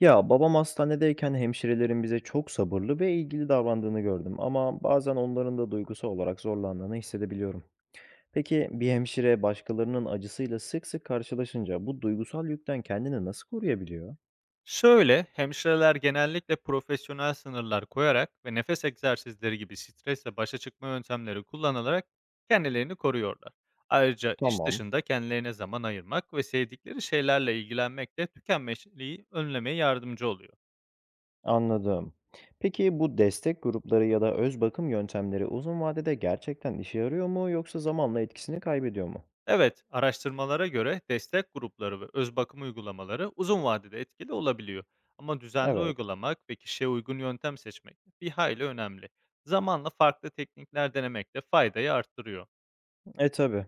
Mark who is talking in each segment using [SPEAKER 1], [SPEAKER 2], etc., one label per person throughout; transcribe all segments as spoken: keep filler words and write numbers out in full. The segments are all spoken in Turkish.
[SPEAKER 1] Ya babam hastanedeyken hemşirelerin bize çok sabırlı ve ilgili davrandığını gördüm ama bazen onların da duygusal olarak zorlandığını hissedebiliyorum. Peki bir hemşire başkalarının acısıyla sık sık karşılaşınca bu duygusal yükten kendini nasıl koruyabiliyor?
[SPEAKER 2] Şöyle, hemşireler genellikle profesyonel sınırlar koyarak ve nefes egzersizleri gibi stresle başa çıkma yöntemleri kullanarak kendilerini koruyorlar. Ayrıca iş
[SPEAKER 1] Tamam,
[SPEAKER 2] dışında kendilerine zaman ayırmak ve sevdikleri şeylerle ilgilenmek de tükenmişliği önlemeye yardımcı oluyor.
[SPEAKER 1] anladım. Peki bu destek grupları ya da öz bakım yöntemleri uzun vadede gerçekten işe yarıyor mu yoksa zamanla etkisini kaybediyor mu?
[SPEAKER 2] Evet, araştırmalara göre destek grupları ve öz bakım uygulamaları uzun vadede etkili olabiliyor. Ama düzenli
[SPEAKER 1] Evet,
[SPEAKER 2] uygulamak ve kişiye uygun yöntem seçmek bir hayli önemli. Zamanla farklı teknikler denemek de faydayı arttırıyor.
[SPEAKER 1] e tabii.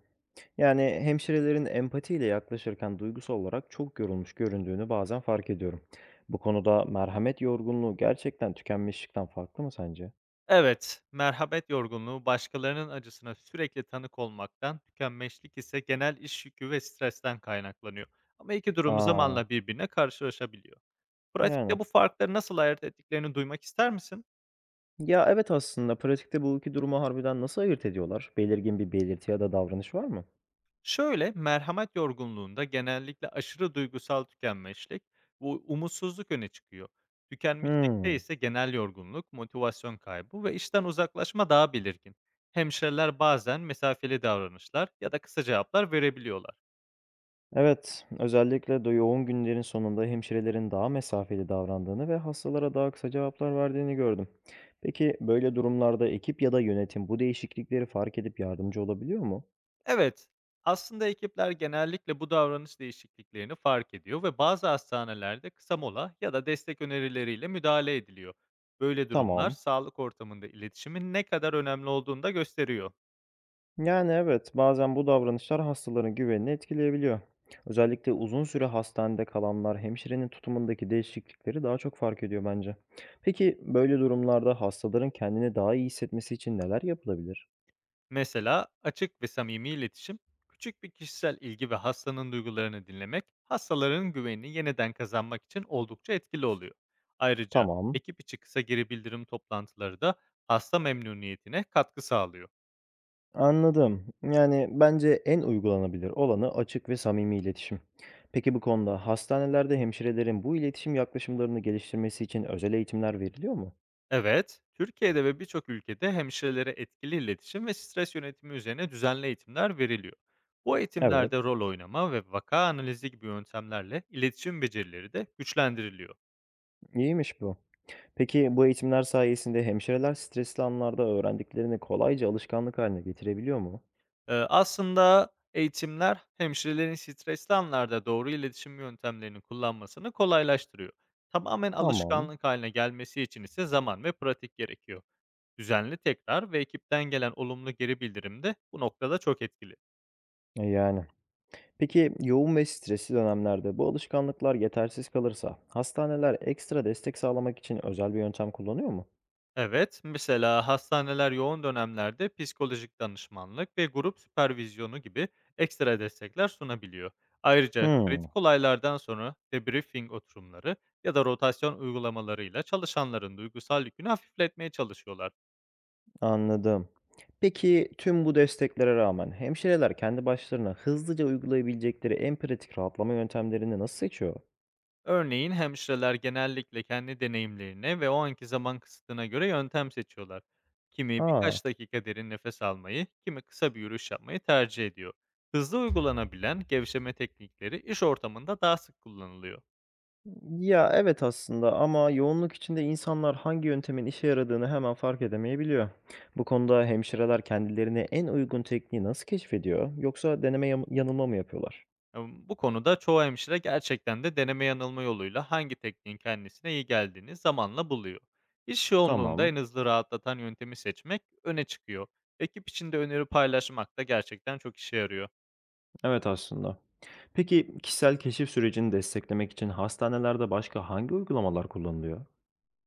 [SPEAKER 1] Yani hemşirelerin empatiyle yaklaşırken duygusal olarak çok yorulmuş göründüğünü bazen fark ediyorum. Bu konuda merhamet yorgunluğu gerçekten tükenmişlikten farklı mı sence?
[SPEAKER 2] Evet, merhamet yorgunluğu başkalarının acısına sürekli tanık olmaktan, tükenmişlik ise genel iş yükü ve stresten kaynaklanıyor. Ama iki durum
[SPEAKER 1] Aa,
[SPEAKER 2] zamanla birbirine karşılaşabiliyor.
[SPEAKER 1] yani.
[SPEAKER 2] Pratikte bu farkları nasıl ayırt ettiklerini duymak ister misin?
[SPEAKER 1] Ya evet aslında pratikte bu iki durumu harbiden nasıl ayırt ediyorlar? Belirgin bir belirti ya da davranış var mı?
[SPEAKER 2] Şöyle, merhamet yorgunluğunda genellikle aşırı duygusal tükenmişlik ve umutsuzluk öne çıkıyor. Tükenmişlikte
[SPEAKER 1] Hmm.
[SPEAKER 2] ise genel yorgunluk, motivasyon kaybı ve işten uzaklaşma daha belirgin. Hemşireler bazen mesafeli davranışlar ya da kısa cevaplar verebiliyorlar.
[SPEAKER 1] Evet, özellikle de yoğun günlerin sonunda hemşirelerin daha mesafeli davrandığını ve hastalara daha kısa cevaplar verdiğini gördüm. Peki böyle durumlarda ekip ya da yönetim bu değişiklikleri fark edip yardımcı olabiliyor mu?
[SPEAKER 2] Evet, aslında ekipler genellikle bu davranış değişikliklerini fark ediyor ve bazı hastanelerde kısa mola ya da destek önerileriyle müdahale ediliyor. Böyle durumlar
[SPEAKER 1] Tamam.
[SPEAKER 2] sağlık ortamında iletişimin ne kadar önemli olduğunu da gösteriyor.
[SPEAKER 1] Yani evet, bazen bu davranışlar hastaların güvenini etkileyebiliyor. Özellikle uzun süre hastanede kalanlar hemşirenin tutumundaki değişiklikleri daha çok fark ediyor bence. Peki böyle durumlarda hastaların kendini daha iyi hissetmesi için neler yapılabilir?
[SPEAKER 2] Mesela açık ve samimi iletişim, küçük bir kişisel ilgi ve hastanın duygularını dinlemek, hastaların güvenini yeniden kazanmak için oldukça etkili oluyor. Ayrıca
[SPEAKER 1] Tamam.
[SPEAKER 2] ekip içi kısa geri bildirim toplantıları da hasta memnuniyetine katkı sağlıyor.
[SPEAKER 1] Anladım. Yani bence en uygulanabilir olanı açık ve samimi iletişim. Peki bu konuda hastanelerde hemşirelerin bu iletişim yaklaşımlarını geliştirmesi için özel eğitimler veriliyor mu?
[SPEAKER 2] Evet, Türkiye'de ve birçok ülkede hemşirelere etkili iletişim ve stres yönetimi üzerine düzenli eğitimler veriliyor. Bu
[SPEAKER 1] Evet,
[SPEAKER 2] eğitimlerde rol oynama ve vaka analizi gibi yöntemlerle iletişim becerileri de güçlendiriliyor.
[SPEAKER 1] iyiymiş bu. Peki bu eğitimler sayesinde hemşireler stresli anlarda öğrendiklerini kolayca alışkanlık haline getirebiliyor mu?
[SPEAKER 2] Ee, aslında eğitimler hemşirelerin stresli anlarda doğru iletişim yöntemlerini kullanmasını kolaylaştırıyor. Tamamen
[SPEAKER 1] Tamam.
[SPEAKER 2] alışkanlık haline gelmesi için ise zaman ve pratik gerekiyor. Düzenli tekrar ve ekipten gelen olumlu geri bildirim de bu noktada çok etkili.
[SPEAKER 1] E yani. Peki yoğun ve stresli dönemlerde bu alışkanlıklar yetersiz kalırsa hastaneler ekstra destek sağlamak için özel bir yöntem kullanıyor mu?
[SPEAKER 2] Evet, mesela hastaneler yoğun dönemlerde psikolojik danışmanlık ve grup süpervizyonu gibi ekstra destekler sunabiliyor. Ayrıca
[SPEAKER 1] Hmm,
[SPEAKER 2] kritik olaylardan sonra debriefing oturumları ya da rotasyon uygulamalarıyla çalışanların duygusal yükünü hafifletmeye çalışıyorlar.
[SPEAKER 1] anladım. Peki tüm bu desteklere rağmen hemşireler kendi başlarına hızlıca uygulayabilecekleri en pratik rahatlama yöntemlerini nasıl seçiyor?
[SPEAKER 2] Örneğin hemşireler genellikle kendi deneyimlerine ve o anki zaman kısıtına göre yöntem seçiyorlar. Kimi
[SPEAKER 1] Aa,
[SPEAKER 2] birkaç dakika derin nefes almayı, kimi kısa bir yürüyüş yapmayı tercih ediyor. Hızlı uygulanabilen gevşeme teknikleri iş ortamında daha sık kullanılıyor.
[SPEAKER 1] ya, evet aslında ama yoğunluk içinde insanlar hangi yöntemin işe yaradığını hemen fark edemeyebiliyor. Bu konuda hemşireler kendilerine en uygun tekniği nasıl keşfediyor? Yoksa deneme yam- yanılma mı yapıyorlar?
[SPEAKER 2] Em, Bu konuda çoğu hemşire gerçekten de deneme yanılma yoluyla hangi tekniğin kendisine iyi geldiğini zamanla buluyor. İş yoğunluğunda
[SPEAKER 1] Tamam,
[SPEAKER 2] en hızlı rahatlatan yöntemi seçmek öne çıkıyor. Ekip içinde öneri paylaşmak da gerçekten çok işe yarıyor.
[SPEAKER 1] evet aslında. Peki kişisel keşif sürecini desteklemek için hastanelerde başka hangi uygulamalar kullanılıyor?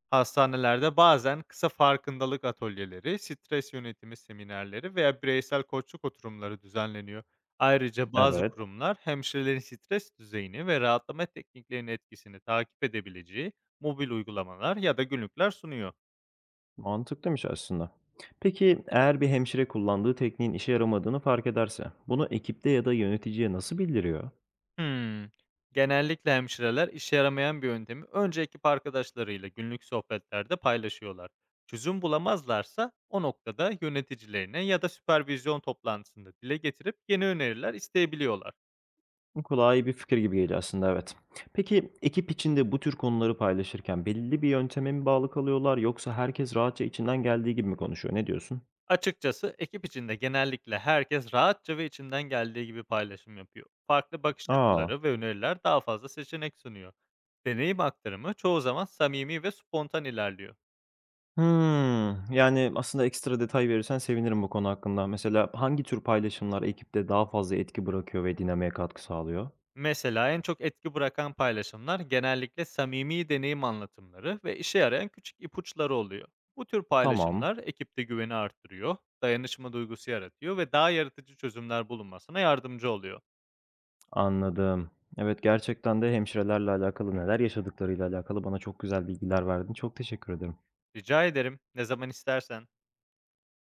[SPEAKER 2] Hastanelerde bazen kısa farkındalık atölyeleri, stres yönetimi seminerleri veya bireysel koçluk oturumları düzenleniyor. Ayrıca bazı
[SPEAKER 1] Evet,
[SPEAKER 2] kurumlar hemşirelerin stres düzeyini ve rahatlama tekniklerinin etkisini takip edebileceği mobil uygulamalar ya da günlükler sunuyor.
[SPEAKER 1] mantıklıymış aslında. Peki eğer bir hemşire kullandığı tekniğin işe yaramadığını fark ederse, bunu ekipte ya da yöneticiye nasıl bildiriyor?
[SPEAKER 2] Hmm. Genellikle hemşireler işe yaramayan bir yöntemi önce ekip arkadaşlarıyla günlük sohbetlerde paylaşıyorlar. Çözüm bulamazlarsa o noktada yöneticilerine ya da süpervizyon toplantısında dile getirip yeni öneriler isteyebiliyorlar.
[SPEAKER 1] Kulağa iyi bir fikir gibi geliyor aslında, evet. Peki ekip içinde bu tür konuları paylaşırken belli bir yönteme mi bağlı kalıyorlar yoksa herkes rahatça içinden geldiği gibi mi konuşuyor? Ne diyorsun?
[SPEAKER 2] Açıkçası ekip içinde genellikle herkes rahatça ve içinden geldiği gibi paylaşım yapıyor. Farklı bakış
[SPEAKER 1] Aa.
[SPEAKER 2] açıları ve öneriler daha fazla seçenek sunuyor. Deneyim aktarımı çoğu zaman samimi ve spontan ilerliyor.
[SPEAKER 1] Hımm. Yani aslında ekstra detay verirsen sevinirim bu konu hakkında. Mesela hangi tür paylaşımlar ekipte daha fazla etki bırakıyor ve dinamiğe katkı sağlıyor?
[SPEAKER 2] Mesela en çok etki bırakan paylaşımlar genellikle samimi deneyim anlatımları ve işe yarayan küçük ipuçları oluyor. Bu tür
[SPEAKER 1] Tamam,
[SPEAKER 2] paylaşımlar ekipte güveni arttırıyor, dayanışma duygusu yaratıyor ve daha yaratıcı çözümler bulunmasına yardımcı oluyor.
[SPEAKER 1] anladım. Evet, gerçekten de hemşirelerle alakalı neler yaşadıklarıyla alakalı bana çok güzel bilgiler verdin. Çok teşekkür ederim.
[SPEAKER 2] Rica ederim, ne zaman istersen.